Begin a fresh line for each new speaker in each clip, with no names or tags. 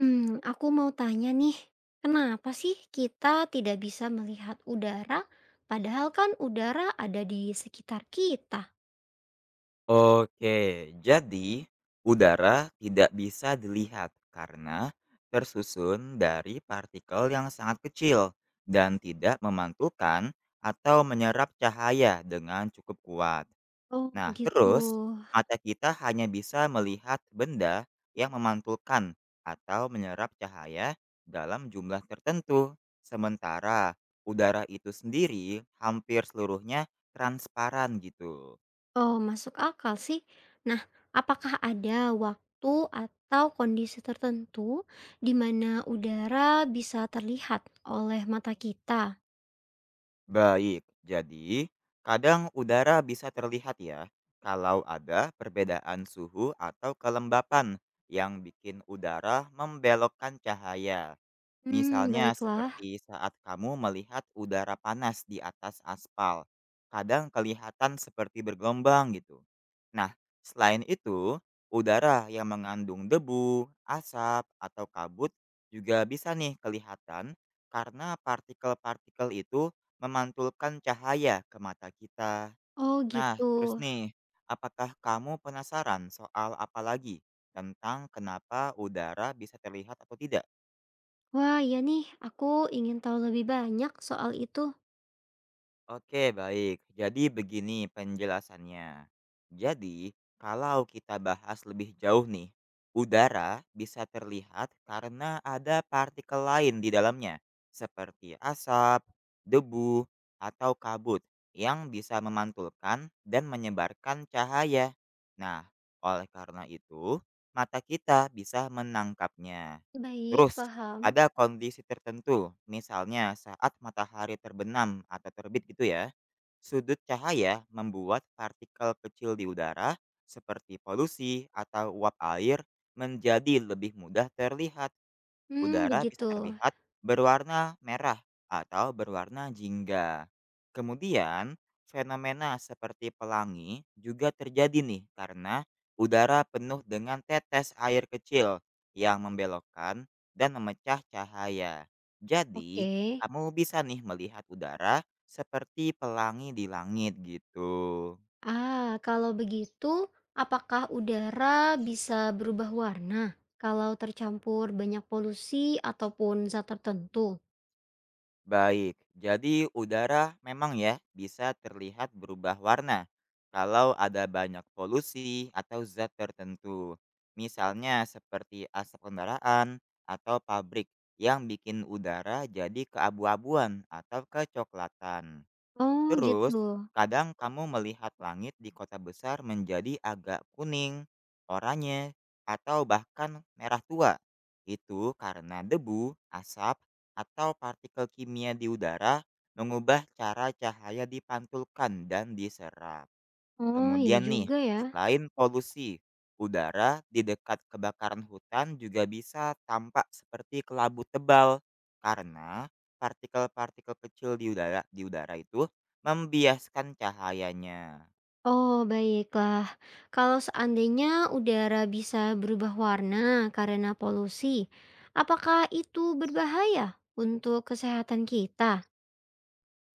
Hmm, aku mau tanya nih, kenapa sih kita tidak bisa melihat udara, padahal kan udara ada di sekitar kita?
Oke, jadi udara tidak bisa dilihat karena tersusun dari partikel yang sangat kecil dan tidak memantulkan atau menyerap cahaya dengan cukup kuat.
Oh
Nah,
gitu.
terus mata kita hanya bisa melihat benda yang memantulkan atau menyerap cahaya dalam jumlah tertentu. Sementara udara itu sendiri hampir seluruhnya transparan gitu.
Oh, masuk akal sih. Nah, apakah ada waktu atau kondisi tertentu di mana udara bisa terlihat oleh mata kita?
Baik, jadi kadang udara bisa terlihat ya kalau ada perbedaan suhu atau kelembapan yang bikin udara membelokkan cahaya.
Hmm,
Misalnya
baiklah.
seperti saat kamu melihat udara panas di atas aspal, kadang kelihatan seperti bergelombang gitu. Nah, selain itu, udara yang mengandung debu, asap, atau kabut juga bisa nih kelihatan karena partikel-partikel itu memantulkan cahaya ke mata kita.
Oh
Nah,
gitu.
terus nih, apakah kamu penasaran soal apa lagi tentang kenapa udara bisa terlihat atau tidak?
Wah, ya nih, aku ingin tahu lebih banyak soal itu.
Oke, baik. Jadi begini penjelasannya. Jadi, kalau kita bahas lebih jauh nih, udara bisa terlihat karena ada partikel lain di dalamnya, seperti asap, debu, atau kabut yang bisa memantulkan dan menyebarkan cahaya. Nah, oleh karena itu, mata kita bisa menangkapnya.
Baik,
Terus,
paham.
pada kondisi tertentu, misalnya saat matahari terbenam atau terbit gitu ya, sudut cahaya membuat partikel kecil di udara seperti polusi atau uap air menjadi lebih mudah terlihat.
Hmm,
Udara bisa
begitu.
terlihat berwarna merah atau berwarna jingga. Kemudian, fenomena seperti pelangi juga terjadi nih karena udara penuh dengan tetes air kecil yang membelokkan dan memecah cahaya.
Oke.
Jadi, kamu bisa nih melihat udara seperti pelangi di langit gitu.
Ah, kalau begitu, apakah udara bisa berubah warna kalau tercampur banyak polusi ataupun zat tertentu?
Baik, jadi udara memang ya bisa terlihat berubah warna kalau ada banyak polusi atau zat tertentu. Misalnya seperti asap kendaraan atau pabrik yang bikin udara jadi keabu-abuan atau kecoklatan.
Oh, gitu.
Terus, kadang kamu melihat langit di kota besar menjadi agak kuning, oranye, atau bahkan merah tua. Itu karena debu, asap, atau partikel kimia di udara mengubah cara cahaya dipantulkan dan diserap.
Oh, ya
Kemudian nih,
juga ya.
selain polusi, udara di dekat kebakaran hutan juga bisa tampak seperti kelabu tebal karena partikel-partikel kecil di udara itu membiaskan cahayanya.
Oh, baiklah. Kalau seandainya udara bisa berubah warna karena polusi, apakah itu berbahaya untuk kesehatan kita?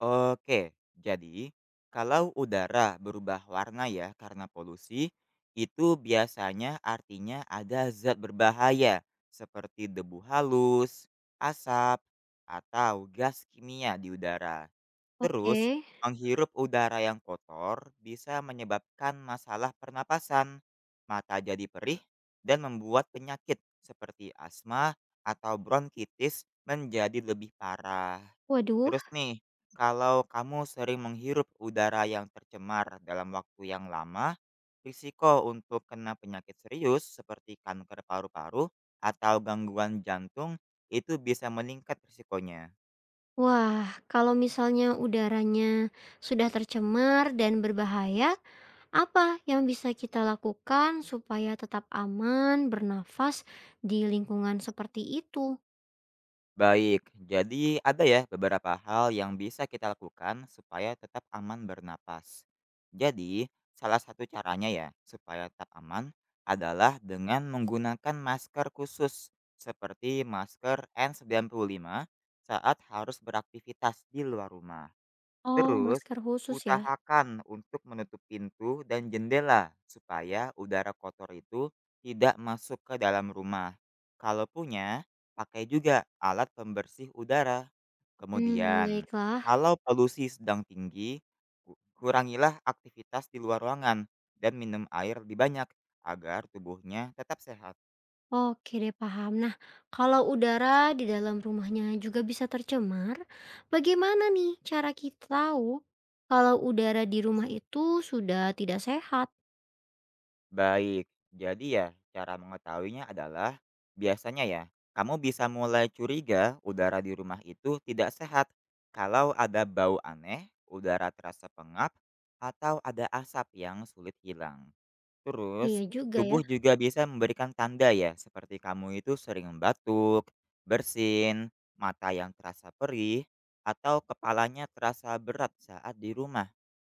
Oke, jadi kalau udara berubah warna ya karena polusi, itu biasanya artinya ada zat berbahaya seperti debu halus, asap, atau gas kimia di udara. Terus,
Oke.
menghirup udara yang kotor bisa menyebabkan masalah pernapasan, mata jadi perih, dan membuat penyakit seperti asma atau bronkitis menjadi lebih parah.
Waduh.
Terus nih, kalau kamu sering menghirup udara yang tercemar dalam waktu yang lama, risiko untuk kena penyakit serius seperti kanker paru-paru atau gangguan jantung itu bisa meningkat risikonya.
Wah, kalau misalnya udaranya sudah tercemar dan berbahaya, apa yang bisa kita lakukan supaya tetap aman bernafas di lingkungan seperti itu?
Baik, jadi ada ya beberapa hal yang bisa kita lakukan supaya tetap aman bernapas. Jadi, salah satu caranya ya supaya tetap aman adalah dengan menggunakan masker khusus seperti masker N95 saat harus beraktivitas di luar rumah.
Oh,
Terus,
masker khusus ya?
usahakan untuk menutup pintu dan jendela supaya udara kotor itu tidak masuk ke dalam rumah. Kalau punya, pakai juga alat pembersih udara.
Hmm,
Kemudian,
baiklah.
kalau polusi sedang tinggi, kurangilah aktivitas di luar ruangan dan minum air lebih banyak agar tubuhnya tetap sehat.
Oke deh, paham. Nah, kalau udara di dalam rumahnya juga bisa tercemar, bagaimana nih cara kita tahu kalau udara di rumah itu sudah tidak sehat?
Baik, jadi ya cara mengetahuinya adalah biasanya ya kamu bisa mulai curiga udara di rumah itu tidak sehat kalau ada bau aneh, udara terasa pengap, atau ada asap yang sulit hilang.
Iya
Terus,
juga ya.
tubuh juga bisa memberikan tanda ya seperti kamu itu sering batuk, bersin, mata yang terasa perih, atau kepalanya terasa berat saat di rumah.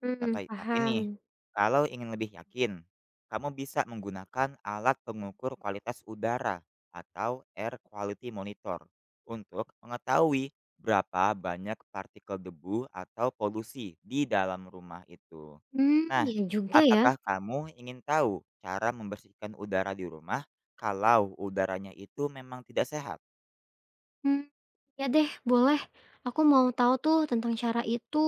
Hmm,
Tapi nih,
paham.
kalau ingin lebih yakin, kamu bisa menggunakan alat pengukur kualitas udara atau air quality monitor untuk mengetahui berapa banyak partikel debu atau polusi di dalam rumah itu.
Hmm,
Nah,
ya juga ya.
apakah kamu ingin tahu cara membersihkan udara di rumah kalau udaranya itu memang tidak sehat?
Hmm, ya deh boleh, aku mau tahu tuh tentang cara itu.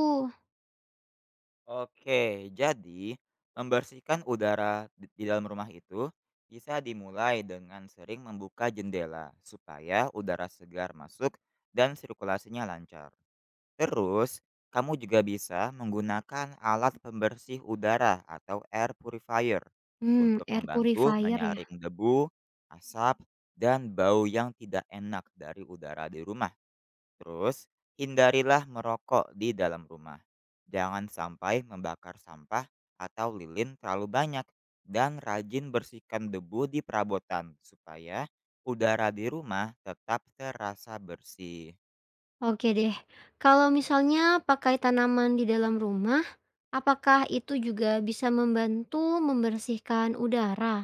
Oke, jadi membersihkan udara di dalam rumah itu bisa dimulai dengan sering membuka jendela supaya udara segar masuk dan sirkulasinya lancar. Terus, kamu juga bisa menggunakan alat pembersih udara atau air purifier
Hmm,
untuk
air
membantu
purifier ya?
menyaring debu, asap, dan bau yang tidak enak dari udara di rumah. Terus, hindarilah merokok di dalam rumah. Jangan sampai membakar sampah atau lilin terlalu banyak dan rajin bersihkan debu di perabotan supaya udara di rumah tetap terasa bersih.
Oke deh. Kalau misalnya pakai tanaman di dalam rumah, apakah itu juga bisa membantu membersihkan udara?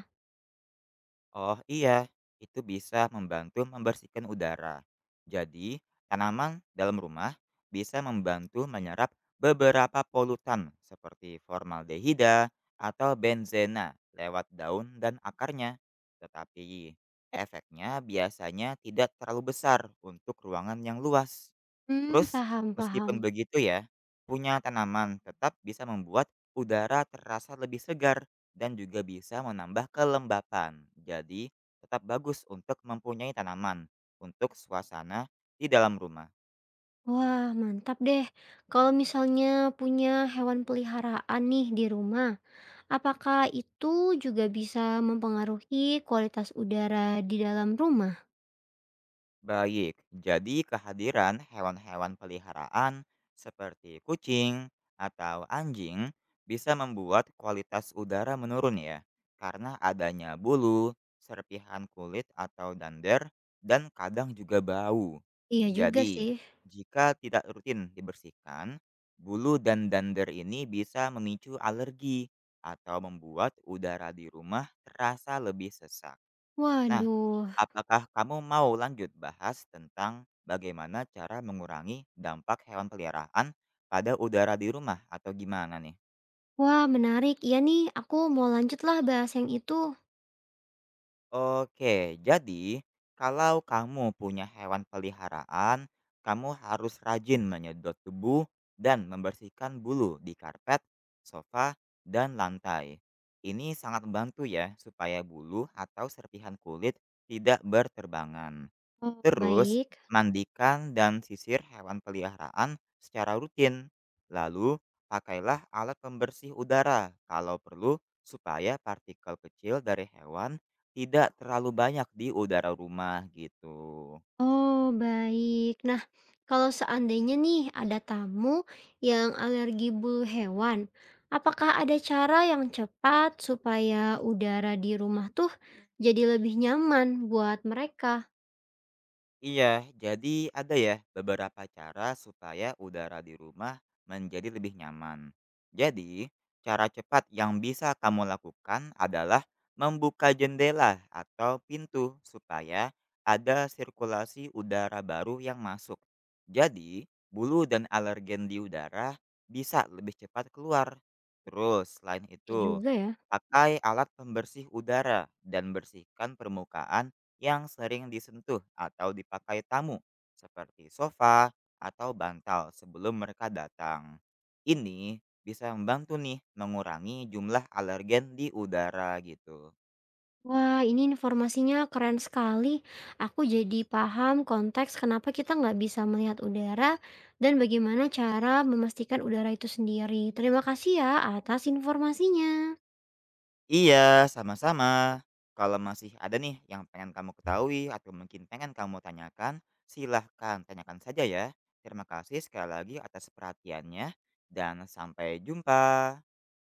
Oh iya, itu bisa membantu membersihkan udara. Jadi, tanaman dalam rumah bisa membantu menyerap beberapa polutan seperti formaldehida atau benzena lewat daun dan akarnya. Tetapi, efeknya biasanya tidak terlalu besar untuk ruangan yang luas.
Hmm,
Terus,
paham paham.
meskipun begitu ya, punya tanaman tetap bisa membuat udara terasa lebih segar dan juga bisa menambah kelembapan. Jadi, tetap bagus untuk mempunyai tanaman untuk suasana di dalam rumah.
Wah, mantap deh. Kalau misalnya punya hewan peliharaan nih di rumah, apakah itu juga bisa mempengaruhi kualitas udara di dalam rumah?
Baik, jadi kehadiran hewan-hewan peliharaan seperti kucing atau anjing bisa membuat kualitas udara menurun ya, karena adanya bulu, serpihan kulit atau dander, dan kadang juga bau.
Iya juga
Jadi,
sih.
jika tidak rutin dibersihkan, bulu dan dander ini bisa memicu alergi atau membuat udara di rumah terasa lebih sesak. Nah,
Waduh.
apakah kamu mau lanjut bahas tentang bagaimana cara mengurangi dampak hewan peliharaan pada udara di rumah atau gimana nih?
Wah, menarik. Iya nih, aku mau lanjutlah bahas yang itu.
Oke, jadi kalau kamu punya hewan peliharaan, kamu harus rajin menyedot debu dan membersihkan bulu di karpet, sofa, dan lantai. Ini sangat membantu ya supaya bulu atau serpihan kulit tidak berterbangan.
Oh,
Terus,
baik.
mandikan dan sisir hewan peliharaan secara rutin. Lalu, pakailah alat pembersih udara kalau perlu supaya partikel kecil dari hewan tidak terlalu banyak di udara rumah gitu.
Oh, baik. Nah, kalau seandainya nih ada tamu yang alergi bulu hewan, apakah ada cara yang cepat supaya udara di rumah tuh jadi lebih nyaman buat mereka?
Iya, jadi ada ya beberapa cara supaya udara di rumah menjadi lebih nyaman. Jadi, cara cepat yang bisa kamu lakukan adalah membuka jendela atau pintu supaya ada sirkulasi udara baru yang masuk. Jadi, bulu dan alergen di udara bisa lebih cepat keluar. Terus, selain
Ya
itu,
juga ya.
pakai alat pembersih udara dan bersihkan permukaan yang sering disentuh atau dipakai tamu, seperti sofa atau bantal sebelum mereka datang. Ini bisa membantu nih mengurangi jumlah alergen di udara gitu.
Wah, ini informasinya keren sekali. Aku jadi paham konteks kenapa kita nggak bisa melihat udara dan bagaimana cara memastikan udara itu sendiri. Terima kasih ya atas informasinya.
Iya, sama-sama. Kalau masih ada nih yang pengen kamu ketahui atau mungkin pengen kamu tanyakan, silahkan tanyakan saja ya. Terima kasih sekali lagi atas perhatiannya dan sampai jumpa.